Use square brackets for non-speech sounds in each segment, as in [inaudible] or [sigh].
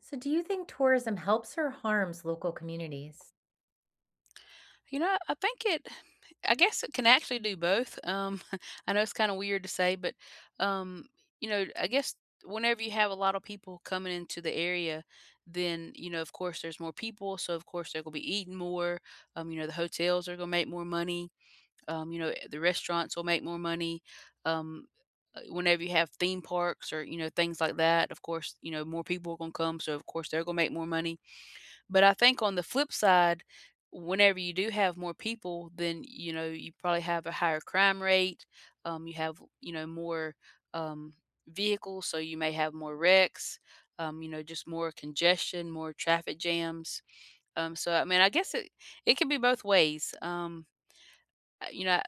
So, do you think tourism helps or harms local communities? You know, I think it I guess it can actually do both. [laughs] I know it's kind of weird to say, but um, you know, I guess whenever you have a lot of people coming into the area, then, you know, of course, there's more people, so of course they're gonna be eating more. The hotels are gonna make more money. The restaurants will make more money. Um, whenever you have theme parks or, you know, things like that, of course, you know, more people are gonna come, so of course they're gonna make more money. But I think on the flip side, whenever you do have more people, then, you know, you probably have a higher crime rate. You have, you know, more um, vehicles, so you may have more wrecks. You know, just more congestion, more traffic jams. I mean, I guess it can be both ways. Uh, you know,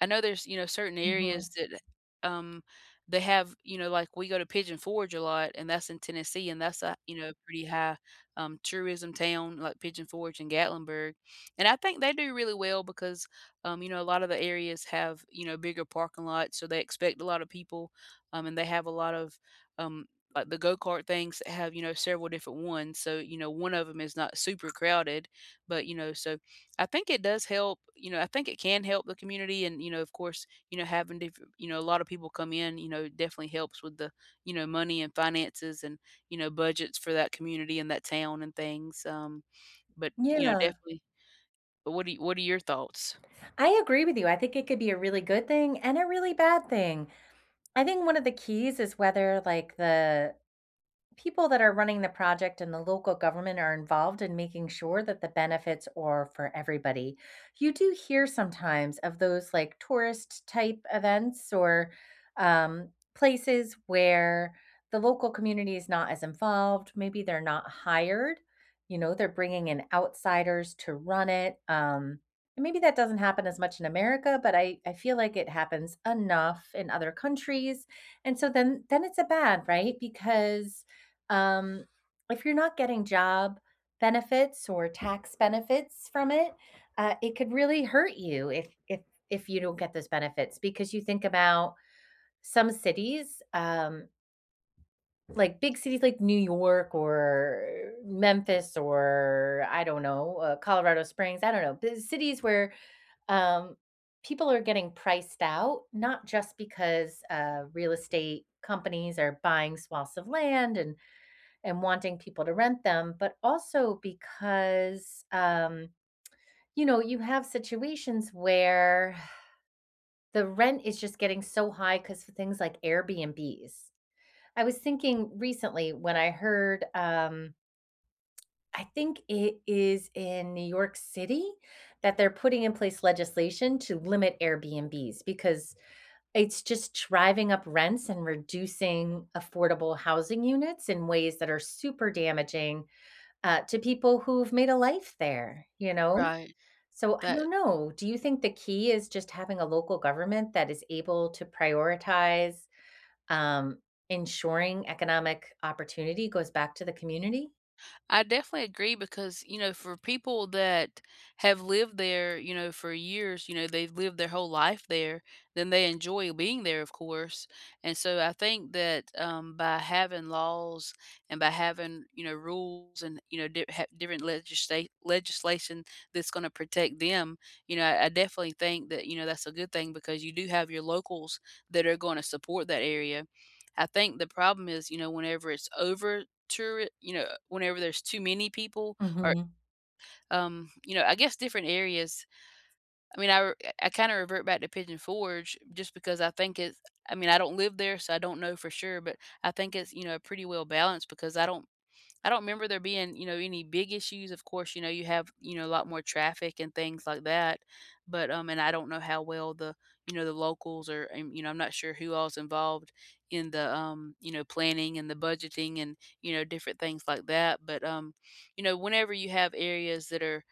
I know there's, you know, certain areas Mhm. that, um, they have, you know, like we go to Pigeon Forge a lot, and that's in Tennessee, and that's a, you know, pretty high, tourism town, like Pigeon Forge and Gatlinburg. And I think they do really well because, you know, a lot of the areas have, you know, bigger parking lots, so they expect a lot of people, and they have a lot of, um, like the go-kart things that have, you know, several different ones. So, you know, one of them is not super crowded, but, you know, so I think it does help. You know, I think it can help the community and, you know, of course, you know, having diff you know, a lot of people come in, you know, definitely helps with the, you know, money and finances and, you know, budgets for that community and that town and things, but, you know, Yeah. definitely but what do you what are your thoughts? I agree with you. I think it could be a really good thing and a really bad thing. I think one of the keys is whether like the people that are running the project and the local government are involved in making sure that the benefits are for everybody. You do hear sometimes of those like tourist type events or um, places where the local community is not as involved. Maybe they're not hired. You know, they're bringing in outsiders to run it. And maybe that doesn't happen as much in America, but I feel like it happens enough in other countries. And so then it's a bad, right? Because um, if you're not getting job benefits or tax benefits from it, it could really hurt you if you don't get those benefits because you think about some cities, like big cities like New York or Memphis or I don't know, Colorado Springs. I don't know, the cities where um, people are getting priced out, not just because real estate companies are buying swaths of land and wanting people to rent them, but also because, you know, you have situations where the rent is just getting so high because for things like Airbnbs. I was thinking recently when I heard, I think it is in New York City that they're putting in place legislation to limit Airbnbs because it's just driving up rents and reducing affordable housing units in ways that are super damaging to people who've made a life there, you know? Right, So I that don't know. Do you think the key is just having a local government that is able to prioritize, um, ensuring economic opportunity goes back to the community? I definitely agree because, you know, for people that have lived there, you know, for years, you know, they've lived their whole life there, then they enjoy being there, of course. And so I think that, by having laws and by having, you know, rules and, you know, different legislation that's going to protect them, you know, I definitely think that, you know, that's a good thing because you do have your locals that are going to support that area. I think the problem is, you know, whenever it's over touri you know, whenever there's too many people or, Mhm, you know, I guess different areas. I mean, I kinda revert back to Pigeon Forge just because I think it's I mean, I don't live there, so I don't know for sure, but I think it's, you know, pretty well balanced because I don't remember there being, you know, any big issues. Of course, you know, you have, you know, a lot more traffic and things like that. But and I don't know how well the, you know, the locals are. You know, I'm not sure who all's involved in the, you know, planning and the budgeting and, you know, different things like that. But you know, whenever you have areas that are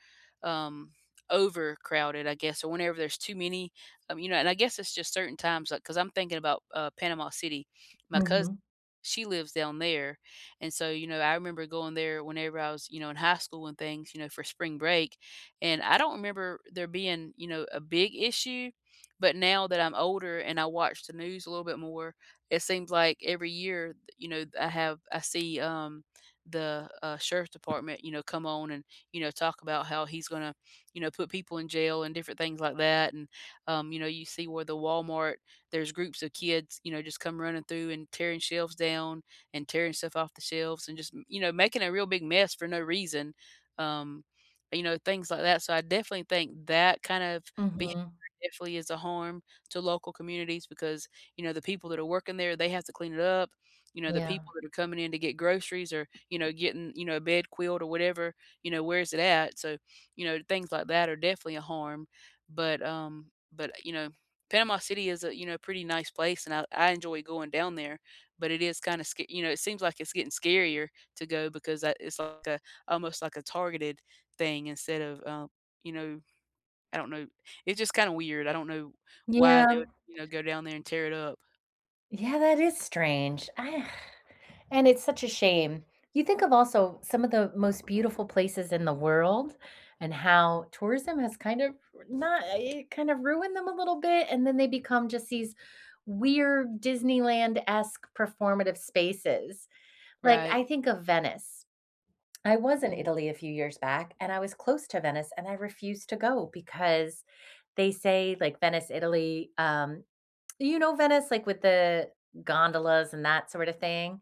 um overcrowded, I guess, or whenever there's too many, you know, and I guess it's just certain times, like, because I'm thinking about Panama City. My cousin, mhm, she lives down there. And so, you know, I remember going there whenever I was, you know, in high school and things, you know, for spring break. And I don't remember there being, you know, a big issue. But now that I'm older and I watch the news a little bit more, it seems like every year, you know, I see, the, sheriff's department, you know, come on and, you know, talk about how he's going to, you know, put people in jail and different things like that. And, you know, you see where the Walmart there's groups of kids, you know, just come running through and tearing shelves down and tearing stuff off the shelves and just, you know, making a real big mess for no reason. Um, you know, things like that. So I definitely think that kind of behavior mhm. definitely is a harm to local communities because, you know, the people that are working there, they have to clean it up. You know, the Yeah. people that are coming in to get groceries or, you know, getting, you know, a bed quilt or whatever, you know, where is it at? So, you know, things like that are definitely a harm. But but you know, Panama City is a, you know, pretty nice place, and I enjoy going down there, but it is kinda sc you know, it seems like it's getting scarier to go because I it's like a almost like a targeted thing instead of, you know, I don't know. It's just kinda weird. I don't know why they would, Yeah. you know, go down there and tear it up. Yeah, that is strange. I And it's such a shame. You think of also some of the most beautiful places in the world and how tourism has kind of not it kind of ruined them a little bit, and then they become just these weird Disneyland-esque performative spaces. Like, Right. I think of Venice. I was in Mhm. Italy a few years back, and I was close to Venice, and I refused to go because they say, like, Venice, Italy, you know Venice, like, with the gondolas and that sort of thing?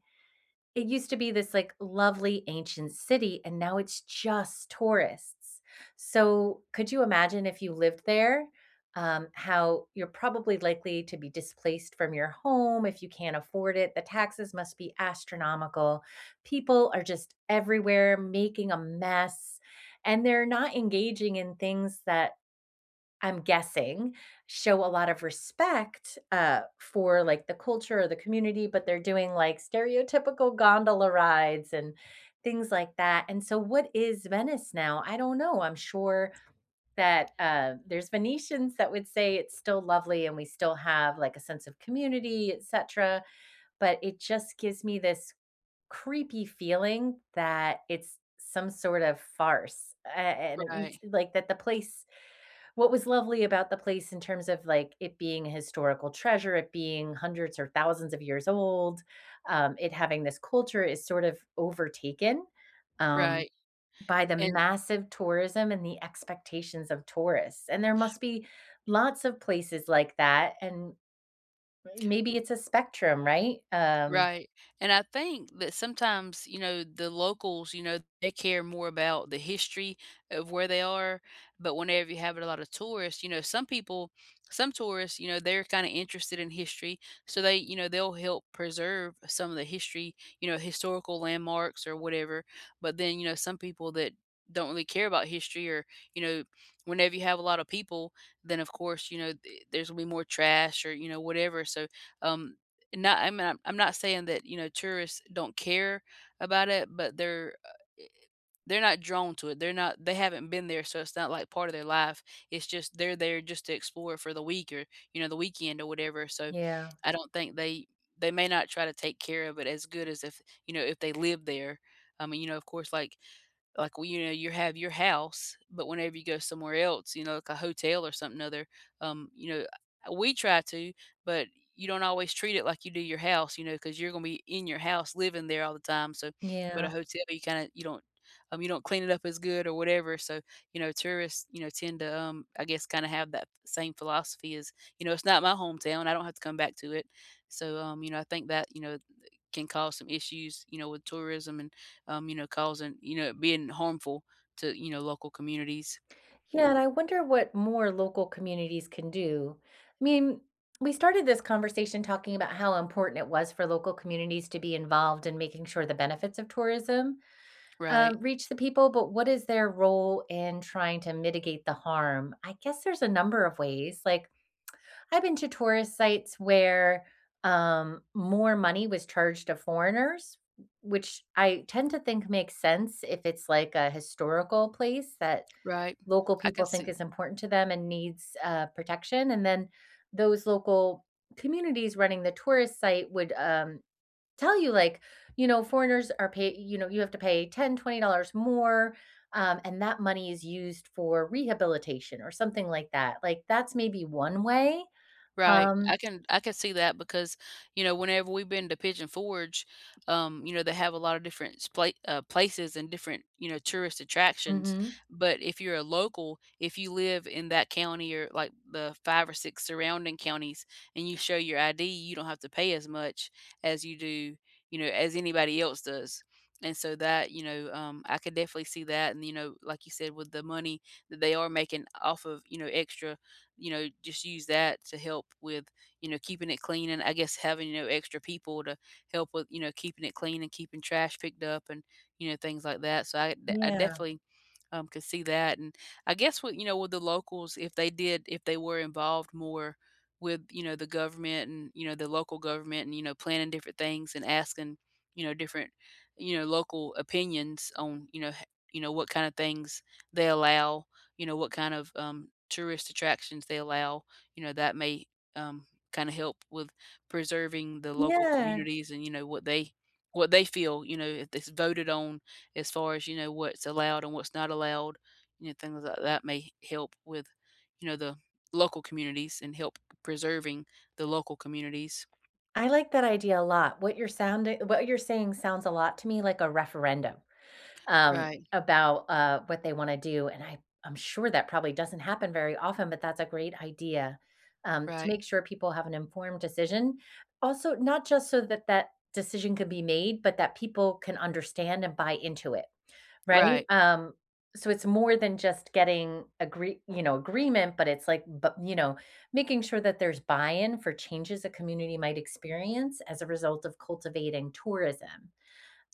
It used to be this, like, lovely ancient city, and now it's just tourists. So, could you imagine if you lived there, how you're probably likely to be displaced from your home if you can't afford it? The taxes must be astronomical. People are just everywhere making a mess, and they're not engaging in things that I'm guessing, show a lot of respect, for, like, the culture or the community, but they're doing, like, stereotypical gondola rides and things like that, and so what is Venice now? I don't know, I'm sure that, there's Venetians that would say it's still lovely and we still have, like, a sense of community, etcetera, but it just gives me this creepy feeling that it's some sort of farce, a and it's Right. like, that the place what was lovely about the place in terms of, like, it being a historical treasure, it being hundreds or thousands of years old, it having this culture is sort of overtaken, um, Right. by the And massive tourism and the expectations of tourists, and there must be lots of places like that, and maybe it's a spectrum, right? Right, and I think that sometimes, you know, the locals, you know, they care more about the history of where they are, but whenever you have a lot of tourists, you know, some tourists, you know, they're kinda interested in history, so they, you know, they'll help preserve some of the history, you know, historical landmarks or whatever, but then, you know, some people that don't really care about history or, you know, whenever you have a lot of people, then, of course, you know, th there's gonna be more trash or, you know, whatever, so, um, and Not I mean, I'm not saying that, you know, tourists don't care about it, but they're, eh, they're not drawn to it. They haven't been there, so it's not like part of their life. It's just they're there just to explore for the week or, you know, the weekend or whatever, so yeah, I don't think they may not try to take care of it as good as if, you know, if they lived there. I mean, you know, of course, like, well, you know, you have your house, but whenever you go somewhere else, you know, like a hotel or something other, um, you know, we try to, but you don't always treat it like you do your house, you know, because you're gonna be in your house living there all the time. So, but yeah. a hotel, you kinda you don't, you don't clean it up as good or whatever. So, you know, tourists, you know, tend to, I guess, kind of have that same philosophy as, you know, it's not my hometown. I don't have to come back to it. So, you know, I think that, you know, can cause some issues, you know, with tourism and, you know, causing, you know, being harmful to, you know, local communities. Yeah, Uh, and I wonder what more local communities can do. I mean, we started this conversation talking about how important it was for local communities to be involved in making sure the benefits of tourism Right, reach the people, but what is their role in trying to mitigate the harm? I guess there's a number of ways. Like, I've been to tourist sites where more money was charged to foreigners, which I tend to think makes sense if it's like a historical place that right. local I people can think see. is important to them and needs, protection, and then those local communities running the tourist site would, tell you, like, you know, foreigners are pay you know, you have to pay $20 dollars more, and that money is used for rehabilitation or something like that. Like, that's maybe one way. Right. Um I can see that because, you know, whenever we've been to Pigeon Forge, you know, they have a lot of different places and different, you know, tourist attractions. mhm. But if you're a local, if you live in that county or like the five or six surrounding counties and you show your ID, you don't have to pay as much as you do, you know, as anybody else does. And so that, you know, I could definitely see that. And, you know, like you said, with the money that they are making off of, you know, extra you know, just use that to help with, you know, keeping it clean and I guess having, you know, extra people to help with, you know, keeping it clean and keeping trash picked up and, you know, things like that. So I Yeah. definitely, could see that. And I guess what, you know, with the locals, if they did, if they were involved more with, you know, the government and, you know, the local government and, you know, planning different things and asking, you know, different, you know, local opinions on, you know, you know, what kind of things they allow, you know, what kind of, tourist attractions they allow, you know, that may, um, kinda help with preserving the local Yeah. communities and, you know, what they feel, you know, if it's voted on as far as, you know, what's allowed and what's not allowed, you know, things like that may help with, you know, the local communities and help preserving the local communities. I like that idea a lot. What you're saying sounds a lot to me like a referendum. Right, About, what they wanna do, and I'm sure that probably doesn't happen very often, but that's a great idea, to right, make sure people have an informed decision. Also, not just so that that decision can be made, but that people can understand and buy into it, right? right, So it's more than just getting agreement, but it's like, but, you know, making sure that there's buy-in for changes a community might experience as a result of cultivating tourism.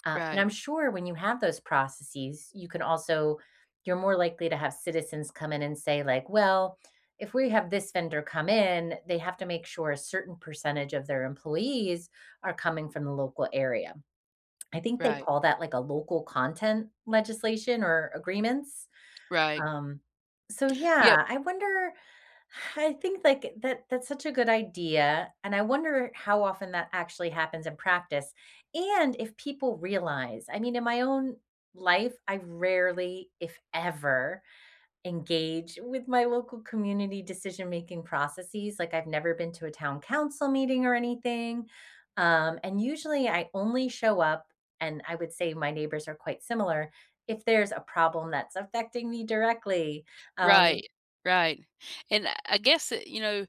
And right, I'm sure when you have those processes, you can also you're more likely to have citizens come in and say like, "Well, if we have this vendor come in, they have to make sure a certain percentage of their employees are coming from the local area." I think they right, call that like a local content legislation or agreements. right. Um, so Yep. yeah, I think like that's such a good idea, and I wonder how often that actually happens in practice and if people realize. I mean, in my own life, I rarely, if ever, engage with my local community decision-making processes, like, I've never been to a town council meeting or anything, and usually I only show up and I would say my neighbors are quite similar, if there's a problem that's affecting me directly, um Right, right, and I guess that, you know,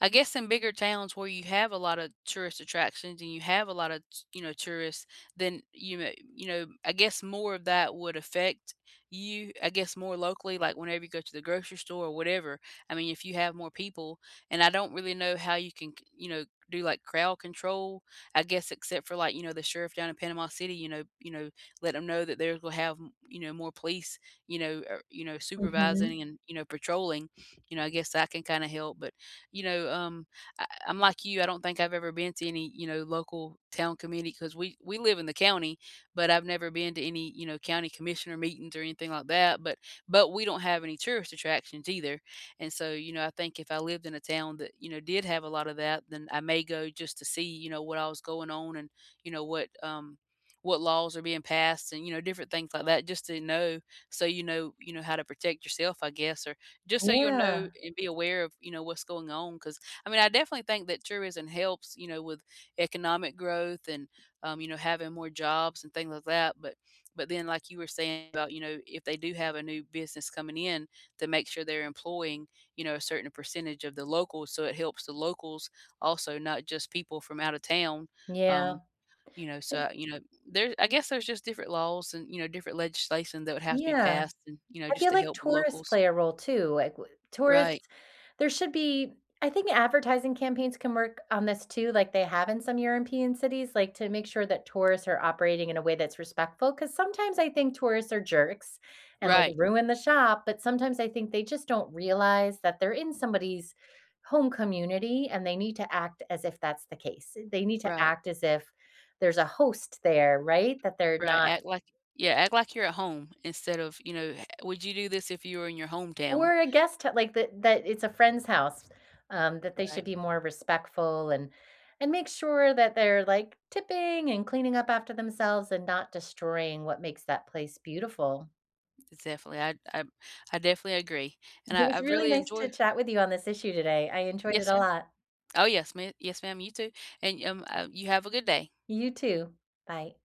I guess in bigger towns where you have a lot of tourist attractions and you have a lot of, t you know, tourists, then, you know, I guess more of that would affect you, I guess, more locally, like, whenever you go to the grocery store or whatever. I mean, if you have more people, and I don't really know how you can c you know, do, like, crowd control, I guess, except for, like, you know, the sheriff down in Panama City, you know, let them know that they're gonna have, you know, more police, you know, Mhm. supervising and, you know, patrolling, you know, I guess that can kind of help. But, you know, I'm like you. I don't think I've ever been to any, you know, local town committee because we live in the county, but I've never been to any, you know, county commissioner meetings or anything like that. But we don't have any tourist attractions either. And so, you know, I think if I lived in a town that, you know, did have a lot of that, then I may go just to see, you know, what I was going on and, you know, what laws are being passed and, you know, different things like that, just to know, so you know how to protect yourself, I guess, or just so you'll know Yeah. and be aware of, you know, what's going on, because I mean I definitely think that tourism helps, you know, with economic growth and, you know, having more jobs and things like that, but then like you were saying about, you know, if they do have a new business coming in to make sure they're employing, you know, a certain percentage of the locals so it helps the locals, also not just people from out of town. Yeah. um, you know, so, you know, there's. I guess there's just different laws and, you know, different legislation that would have to be Yeah. passed and, you know, I just feel to like help with tourists locals. play a role too, like, w Right. tourists there should be I think advertising campaigns can work on this too, like they have in some European cities, like, to make sure that tourists are operating in a way that's respectful. Because sometimes I think tourists are jerks and, like, Right. ruin the shop, but sometimes I think they just don't realize that they're in somebody's home community, and they need to act as if that's the case. They need to Right. act as if there's a host there, right? That they're Right. not Act like yeah, act like you're at home instead of, you know, "H would you do this if you were in your hometown?" Or a guest hou like, that it's a friend's house, that they should Right. be more respectful and make sure that they're, like, tipping and cleaning up after themselves and not destroying what makes that place beautiful. It's definitely I definitely agree, and It I was really really nice to enjoy chat with you on this issue today. I enjoyed it yes, a ma'am. lot. Oh, yes, ma'am. Yes, ma'am, you too, and, you have a good day. You too. Bye.